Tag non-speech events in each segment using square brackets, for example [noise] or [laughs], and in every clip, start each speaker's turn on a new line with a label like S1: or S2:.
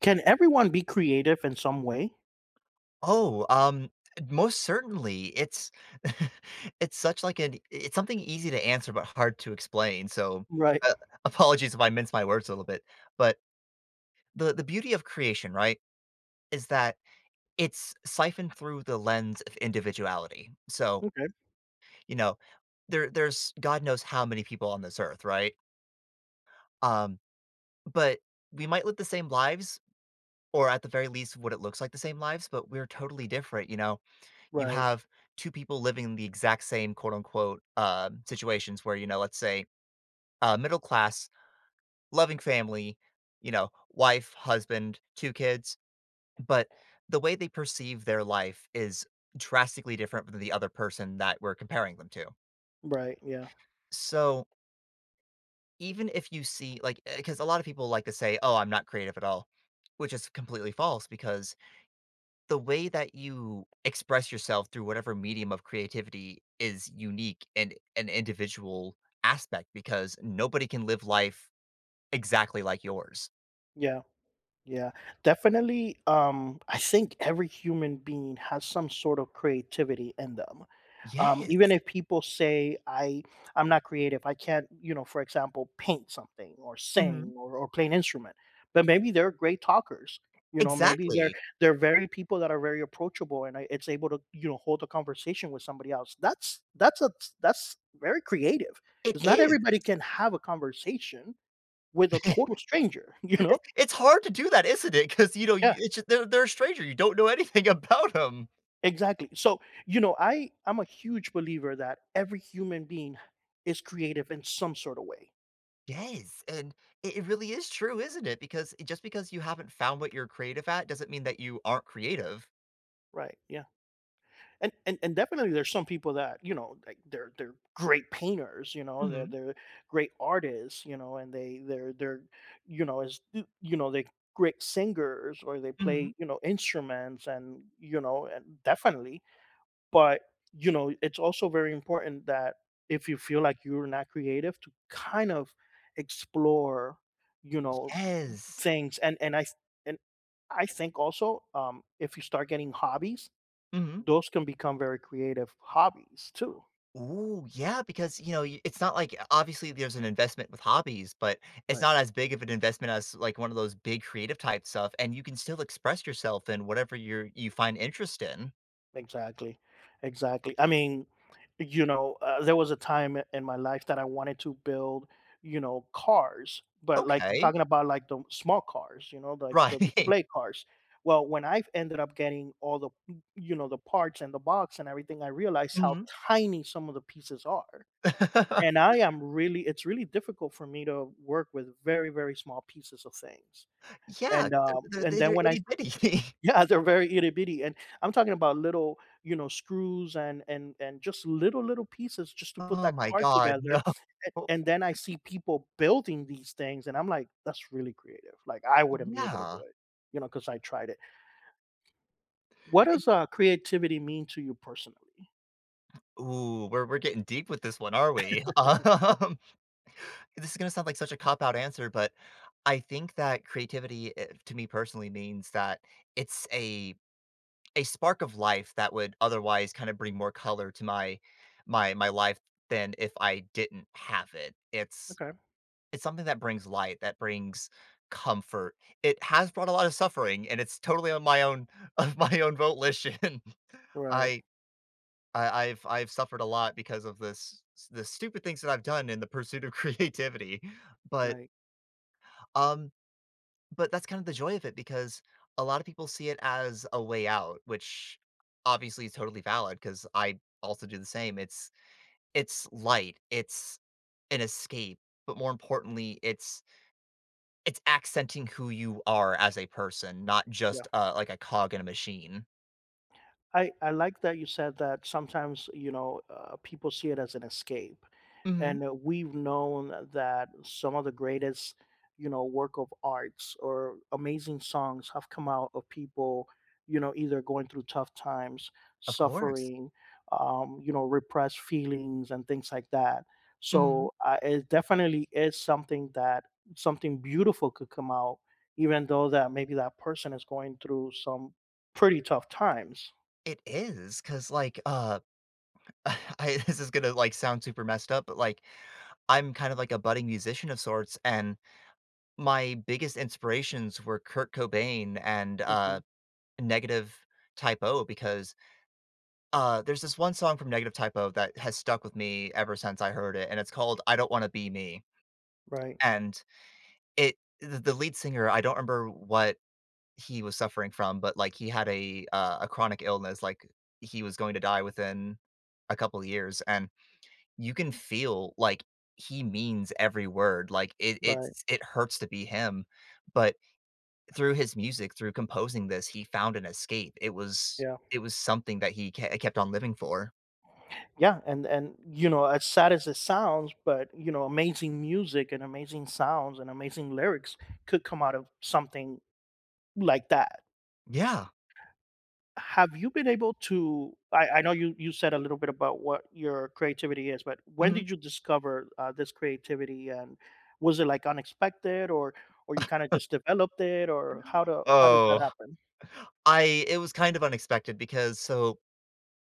S1: Can everyone be creative in some way?
S2: Oh, um, Most certainly. It's [laughs] it's such like an it's something easy to answer but hard to explain. So,
S1: Right.
S2: uh, apologies if I mince my words a little bit, but the beauty of creation, right, is that it's siphoned through the lens of individuality. So,
S1: Okay.
S2: you know, there's God knows how many people on this earth, right? Um, but we might live the same lives, or at the very least, what it looks like the same lives, but we're totally different, you know. You
S1: Right.
S2: have two people living in the exact same quote unquote situations where, you know, let's say, middle class, loving family, you know, wife, husband, two kids, but the way they perceive their life is drastically different from the other person that we're comparing them to.
S1: Right. Yeah.
S2: So even if you see, like, because a lot of people like to say, oh, I'm not creative at all, which is completely false because the way that you express yourself through whatever medium of creativity is unique and an individual aspect, because nobody can live life exactly like yours.
S1: Yeah. Yeah. Definitely. I think every human being has some sort of creativity in them. Even
S2: Yes.
S1: if people say I'm not creative I can't for example paint something or
S2: Mhm.
S1: sing or play an instrument, but maybe they're great talkers, you know, maybe they're
S2: Exactly.
S1: they're very people that are very approachable and it's able to, you know, hold a conversation with somebody else that's very creative,
S2: It
S1: because not
S2: is.
S1: everybody can have a conversation with a total
S2: [laughs]
S1: stranger [laughs] you know.
S2: It's hard to do that, isn't it? Because, you know,
S1: Yeah,
S2: you it's just they're a stranger, you don't know anything [laughs] about them.
S1: exactly. So, you know, I'm a huge believer that every human being is creative in some sort of way.
S2: Yes, and it really is true, isn't it? Because it- just because you haven't found what you're creative at doesn't mean that you aren't creative.
S1: Right. Yeah. And definitely there's some people that, you know, like they're great painters, you know, they're
S2: Mhm,
S1: they're great artists, you know, and they're you know, as you know, they great singers, or they
S2: mhm.
S1: play, you know, instruments, and you know, and definitely. But, you know, it's also very important that if you feel like you're not creative to kind of explore, you know,
S2: Yes.
S1: things, and and I think also, if you start getting hobbies,
S2: Mhm.
S1: those can become very creative hobbies too.
S2: Ooh, yeah, because, y it's not like, obviously, there's an investment with hobbies, but it's
S1: Right.
S2: not as big of an investment as, like, one of those big creative type stuff, and you can still express yourself in whatever you're you find interest in.
S1: Exactly. Exactly. I mean, you know, there was a time in my life that I wanted to build, you know, cars, but like I'm
S2: Okay.
S1: talking about like the small cars, you know, like the
S2: Right.
S1: display
S2: [laughs]
S1: cars. Well, when I've ended up getting all the, you know, the parts and the box and everything, I realized how
S2: Mhm.
S1: tiny some of the pieces are.
S2: [laughs]
S1: And I am really, it's really difficult for me to work with very, very small pieces of things.
S2: Yeah, 'cause they're
S1: And
S2: they're
S1: then
S2: they're
S1: when I
S2: itty bitty. [laughs]
S1: yeah, they're very itty bitty, and I'm talking about little, you know, screws and and just little pieces just to put
S2: Oh
S1: that
S2: my
S1: card
S2: god,
S1: together,
S2: no.
S1: and
S2: [laughs]
S1: then I see people building these things, and I'm like, that's really creative. Like I wouldn't be able to do
S2: Yeah.
S1: it, you know, because I tried it. What does creativity mean to you personally?
S2: Ooh, we're getting deep with this one, are we? [laughs] Um this is going to sound like such a cop out answer, but I think that creativity to me personally means that it's a spark of life that would otherwise kind of bring more color to my my life than if I didn't have it.
S1: Okay,
S2: It's something that brings light, that brings comfort. It has brought a lot of suffering and it's totally on my own [laughs] of my own volition. [laughs]
S1: right,
S2: I I've suffered a lot because of this the stupid things that I've done in the pursuit of [laughs] creativity. But
S1: right,
S2: um But that's kind of the joy of it because a lot of people see it as a way out, which obviously is totally valid because I also do the same. It's light, it's an escape, but more importantly, it's accenting who you are as a person, not
S1: right.
S2: just like a cog in a machine.
S1: I like that you said that sometimes, you know, people see it as an escape.
S2: Hmm.
S1: And we've known that some of the greatest, you know, work of arts or amazing songs have come out of people, you know, either going through tough times,
S2: Of course.
S1: suffering, you know, repressed feelings and things like that.
S2: Hmm.
S1: So it definitely is something that something beautiful could come out, even though that maybe that person is going through some pretty tough times.
S2: It is because like, [laughs] I, this is gonna like sound super messed up, but like I'm kind of like a budding musician of sorts, and my biggest inspirations were Kurt Cobain and,
S1: Mhm.
S2: Negative Type O because, there's this one song from Negative Type O that has stuck with me ever since I heard it, and it's called "I Don't Wanna Be Me,"
S1: Right,
S2: and it the lead singer, I don't remember what he was suffering from, but, like, he had a chronic illness, like, he was going to die within a couple of years, and you can feel, like, he means every word, like, it
S1: right,
S2: it's it hurts to be him, but through his music, through composing this, he found an escape.
S1: yeah.
S2: It was something that he ke kept on living for.
S1: Yeah, and, you know, as sad as it sounds, but, you know, amazing music and amazing sounds and amazing lyrics could come out of something like that.
S2: Yeah.
S1: Have you been able to I know you said a little bit about what your creativity is, but when
S2: Mhm.
S1: did you discover, this creativity, and was it, like, unexpected, or you kinda just developed it, or how did that
S2: Oh,
S1: happen?
S2: I it was kind of unexpected because so,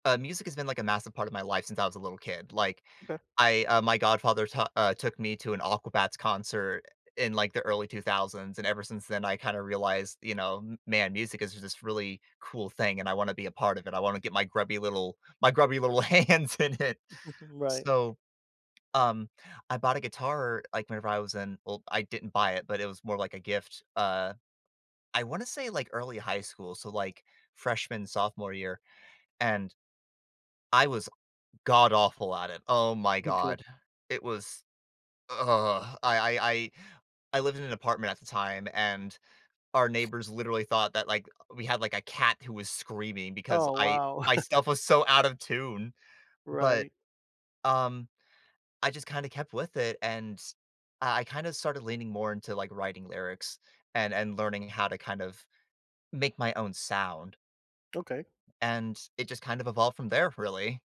S2: music has been, like, a massive part of my life since I was a little kid. Like,
S1: Okay.
S2: I my godfather ta took me to an Aquabats concert in, like, the early 2000s, and ever since then, I kinda realized, you know, "M man, music is this really cool thing, and I wanna be a part of it. I wanna get my grubby little [laughs] hands in it."
S1: [laughs] Right.
S2: So, Um, I bought a guitar, like, whenever I was in, well, I didn't buy it, but it was more like a gift, I wanna say, like, early high school, so, like, freshman, sophomore year, and I was god awful at it. Oh my
S1: Okay.
S2: god. It was, ugh, I lived in an apartment at the time, and our neighbors literally thought that, like, we had, like, a cat who was screaming because
S1: Oh,
S2: I
S1: wow.
S2: my
S1: [laughs]
S2: stuff was so out of tune, but,
S1: Right.
S2: um I just kinda kept with it, and I kinda started leaning more into, like, writing lyrics and learning how to kind of make my own sound,
S1: Okay.
S2: and it just kind of evolved from there, really.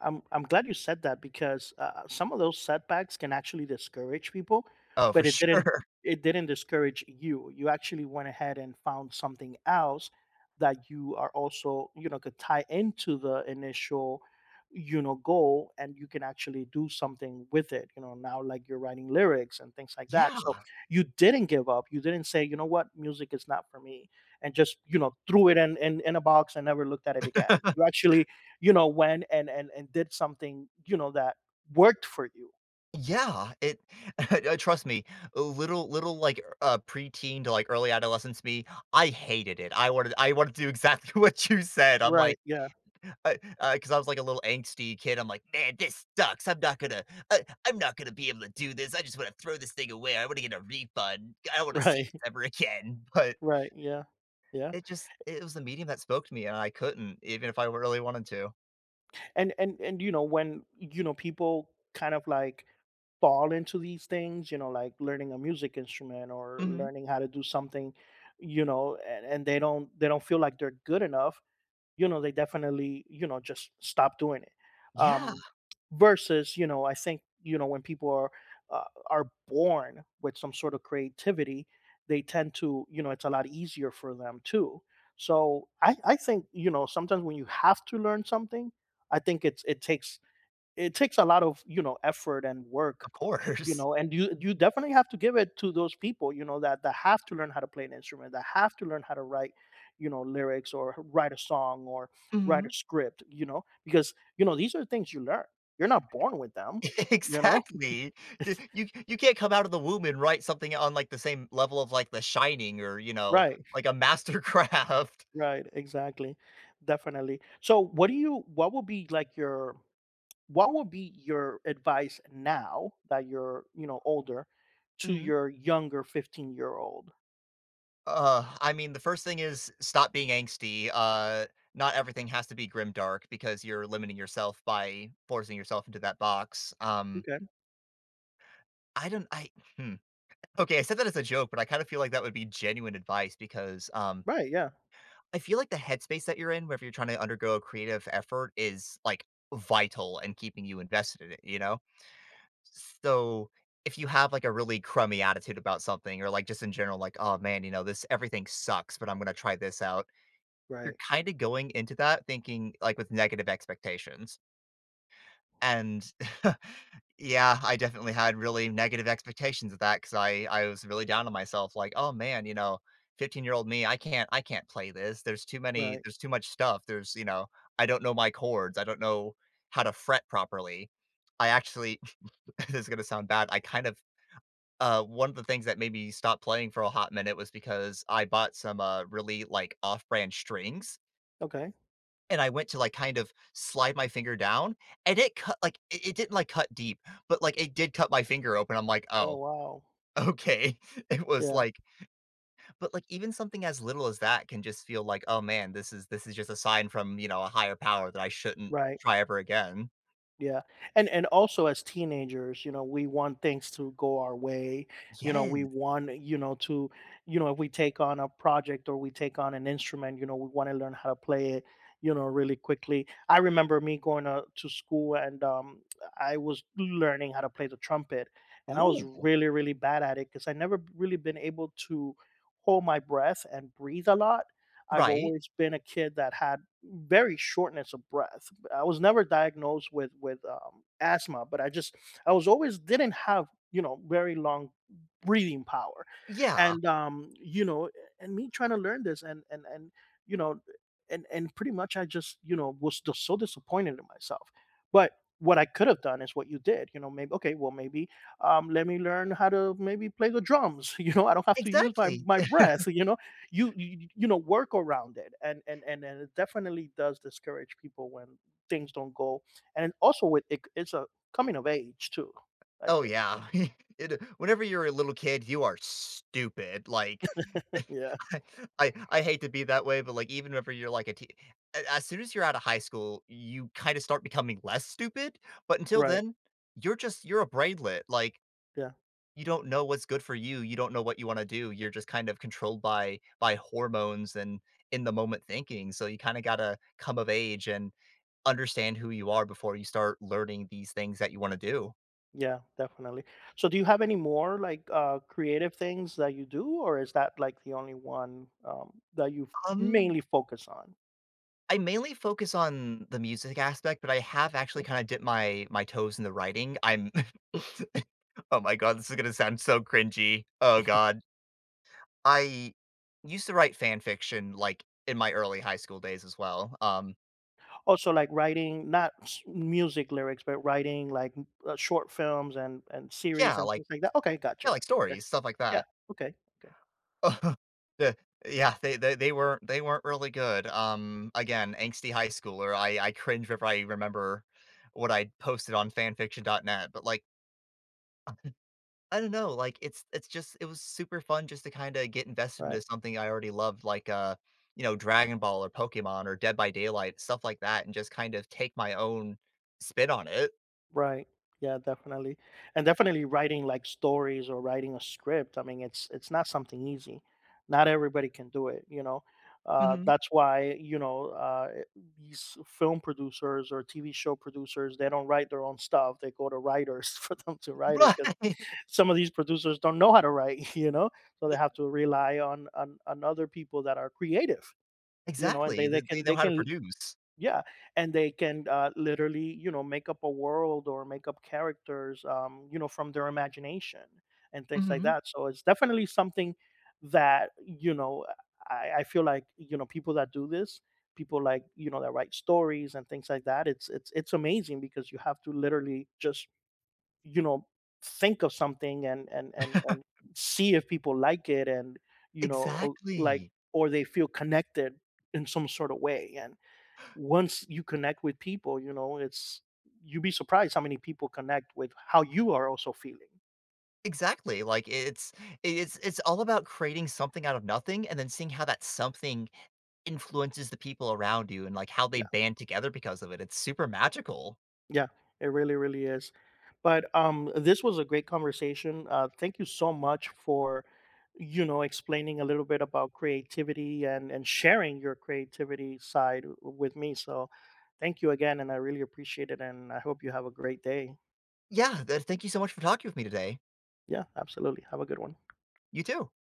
S1: I'm glad you said that because some of those setbacks can actually discourage people,
S2: Oh, for
S1: but it didn't,
S2: sure. [laughs]
S1: it didn't discourage you. You actually went ahead and found something else that you are also, you know, could tie into the initial, you know, goal, and you can actually do something with it, you know, now, like you're writing lyrics and things like that,
S2: Yeah.
S1: so you didn't give up, you didn't say, you know what, music is not for me, and just, you know, threw it in in a box and never looked at it again. You actually, you know, went and and did something, you know, that worked for you.
S2: Yeah, it [laughs] trust me, a little, like, preteen to, like, early adolescence me, I hated it. I wanted to do exactly [laughs] what you said. I'm like
S1: Right, yeah,
S2: I 'cause I was, like, a little angsty kid, I'm like, "Man, this sucks, I'm not gonna be able to do this, I just wanna throw this thing away, I wanna get a refund, I don't wanna see
S1: right,
S2: this ever again,"
S1: [laughs]
S2: but
S1: right, yeah, yeah.
S2: it just it was the medium that spoke to me, and I couldn't, even if I really wanted to.
S1: And you know, when, you know, people kind of like fall into these things, you know, like learning a music instrument or
S2: Mhm.
S1: learning how to do something, you know, and they don't feel like they're good enough, you know, they definitely, you know, just stop doing it.
S2: Yeah,
S1: um Versus, you know, I think, you know, when people uh, are born with some sort of creativity, they tend to, you know, it's a lot easier for them too. So I think, you know, sometimes when you have to learn something, I think it's it takes a lot of, you know, effort and work,
S2: of
S1: you
S2: course.
S1: know, and you definitely have to give it to those people, you know, that have to learn how to play an instrument, that have to learn how to write, you know, lyrics, or write a song, or write a
S2: Mhm.
S1: script, you know, because, you know, these are things you learn, you're not born with them,
S2: [laughs]
S1: you know,
S2: Exactly.
S1: [laughs]
S2: D
S1: it's,
S2: You you can't come out of the womb and write something on, like, the same level of, like, The Shining or, you know,
S1: right,
S2: like, a mastercraft.
S1: right, exactly, definitely. So what do you, what would be like your, what would be your advice now that you're, you know, older, to
S2: [laughs]
S1: your younger 15-year old?
S2: I mean, the first thing is stop being angsty. Not everything has to be grim dark because you're limiting yourself by forcing yourself into that box.
S1: Okay,
S2: I don't. I Hmm. Okay. I said that as a joke, but I kind of feel like that would be genuine advice because,
S1: right, yeah,
S2: I feel like the headspace that you're in, whenever you're trying to undergo a creative effort, is like vital and keeping you invested in it. You know, so if you have like a really crummy attitude about something, or like just in general, like oh man, you know this everything sucks, but I'm gonna try this out, you're
S1: right,
S2: kinda going into that thinking, like, with negative expectations, and [laughs] yeah, I definitely had really negative expectations of that because I was really down on myself, like, "Oh, man," you know, "15-year-old me, I can't play this.
S1: right,
S2: There's too much stuff. There's" you know, "I don't know my chords. I don't know how to fret properly." I actually [laughs] this is gonna sound bad, I kind of one of the things that made me stop playing for a hot minute was because I bought some, really, like, off-brand strings.
S1: okay.
S2: And I went to, like, kind of slide my finger down, and it cut, like, it didn't, like, cut deep, but, like, it did cut my finger open. I'm like,
S1: Oh,
S2: "Oh,
S1: wow.
S2: okay." [laughs] It was
S1: Yeah,
S2: like But, like, even something as little as that can just feel like, "Oh, man, this is just a sign from, you know, a higher power that I shouldn't
S1: right,
S2: try ever again."
S1: yeah, and also as teenagers, you know, we want things to go our way, you know, we
S2: Yes.
S1: want, you know, to, you know, if we take on a project or we take on an instrument, you know, we wanna learn how to play it, you know, really quickly. I remember me going to school, and, I was learning how to play the trumpet, and I was
S2: Ooh.
S1: really, really bad at it because I never really been able to hold my breath and breathe a lot. I've
S2: Right.
S1: always been a kid that had very shortness of breath. I was never diagnosed with asthma, but I just, I was always didn't have, you know, very long breathing power,
S2: Yeah,
S1: and you know, and me trying to learn this and you know, and pretty much I just, you know, was just so disappointed in myself, but. What I could have done is what you did, you know. Maybe, okay, well, maybe, let me learn how to maybe play the drums. [laughs] You know, I don't have to use my
S2: exactly.
S1: my breath. [laughs] You know, you know, work around it, and, and it definitely does discourage people when things don't go. And also with it, it's a coming of age too, I
S2: Oh,
S1: think.
S2: yeah. [laughs] It whenever you're a little kid, you are stupid, like,
S1: [laughs] Yeah,
S2: [laughs] I I hate to be that way, but, like, even whenever you're, like, a as soon as you're out of high school, you kinda start becoming less stupid, but until
S1: right,
S2: then, you're a brainlet, like,
S1: yeah,
S2: you don't know what's good for you, you don't know what you wanna do, you're just kind of controlled by hormones and in the moment thinking, so you kinda gotta come of age and understand who you are before you start learning these things that you wanna do.
S1: yeah, definitely. So do you have any more like, creative things that you do, or is that like the only one, that you
S2: Um,
S1: mainly focus on?
S2: I mainly focus on the music aspect, but I have actually kinda dipped my toes in the writing. I'm [laughs] oh my god, this is gonna sound so cringy. Oh god. I used to write fan fiction, like, in my early high school days as well.
S1: Also like writing, not music lyrics, but writing like short films and series
S2: Yeah,
S1: and
S2: like,
S1: things like that. Okay, gotcha, gotcha, okay.
S2: stories, stuff like
S1: Yeah,
S2: that.
S1: okay, okay,
S2: [laughs] The Yeah, they weren't really good. Again, angsty high schooler, I cringe if I remember what I posted on fanfiction.net, but, like, I don't know, like, it's just it was super fun just to kinda get invested into
S1: right.
S2: something I already loved, like, you know, Dragon Ball or Pokemon or Dead by Daylight, stuff like that, and just kind of take my own spin on it.
S1: Right. Yeah, definitely. And definitely writing like stories, or writing a script. I mean, it's not something easy. Not everybody can do it, you know.
S2: Mhm.
S1: That's why, you know, these film producers or TV show producers, they don't write their own stuff. They go to writers [laughs] for them to write it because
S2: Right.
S1: some of these producers don't know how to write, [laughs] you know, so they have
S2: [laughs]
S1: to rely on, on other people that are creative, you know, and they
S2: Exactly,
S1: they
S2: they
S1: can
S2: know
S1: they
S2: how to
S1: can
S2: produce.
S1: yeah, and they can, literally, you know, make up a world or make up characters, you know, from their imagination and things like
S2: Mhm.
S1: that. So it's definitely something that, you know, I feel like, you know, people that do this, people like, you know, that write stories and things like that, it's it's amazing because you have to literally just, you know, think of something and and
S2: [laughs]
S1: see if people like it, and you know, like,
S2: Exactly.
S1: or they feel connected in some sort of way. Once you connect with people, you know, it's, you'd be surprised how many people connect with how you are also feeling.
S2: Exactly, like, it's it's all about creating something out of nothing and then seeing how that something influences the people around you and, like, how they
S1: Yeah,
S2: band together because of it, it's super magical.
S1: yeah, it really, really is. But this was a great conversation. Thank you so much for, you know, explaining a little bit about creativity and sharing your creativity side with me. So, thank you again, and I really appreciate it. And I hope you have a great day.
S2: Yeah, th thank you so much for talking with me today.
S1: Yeah, absolutely. Have a good one.
S2: You too.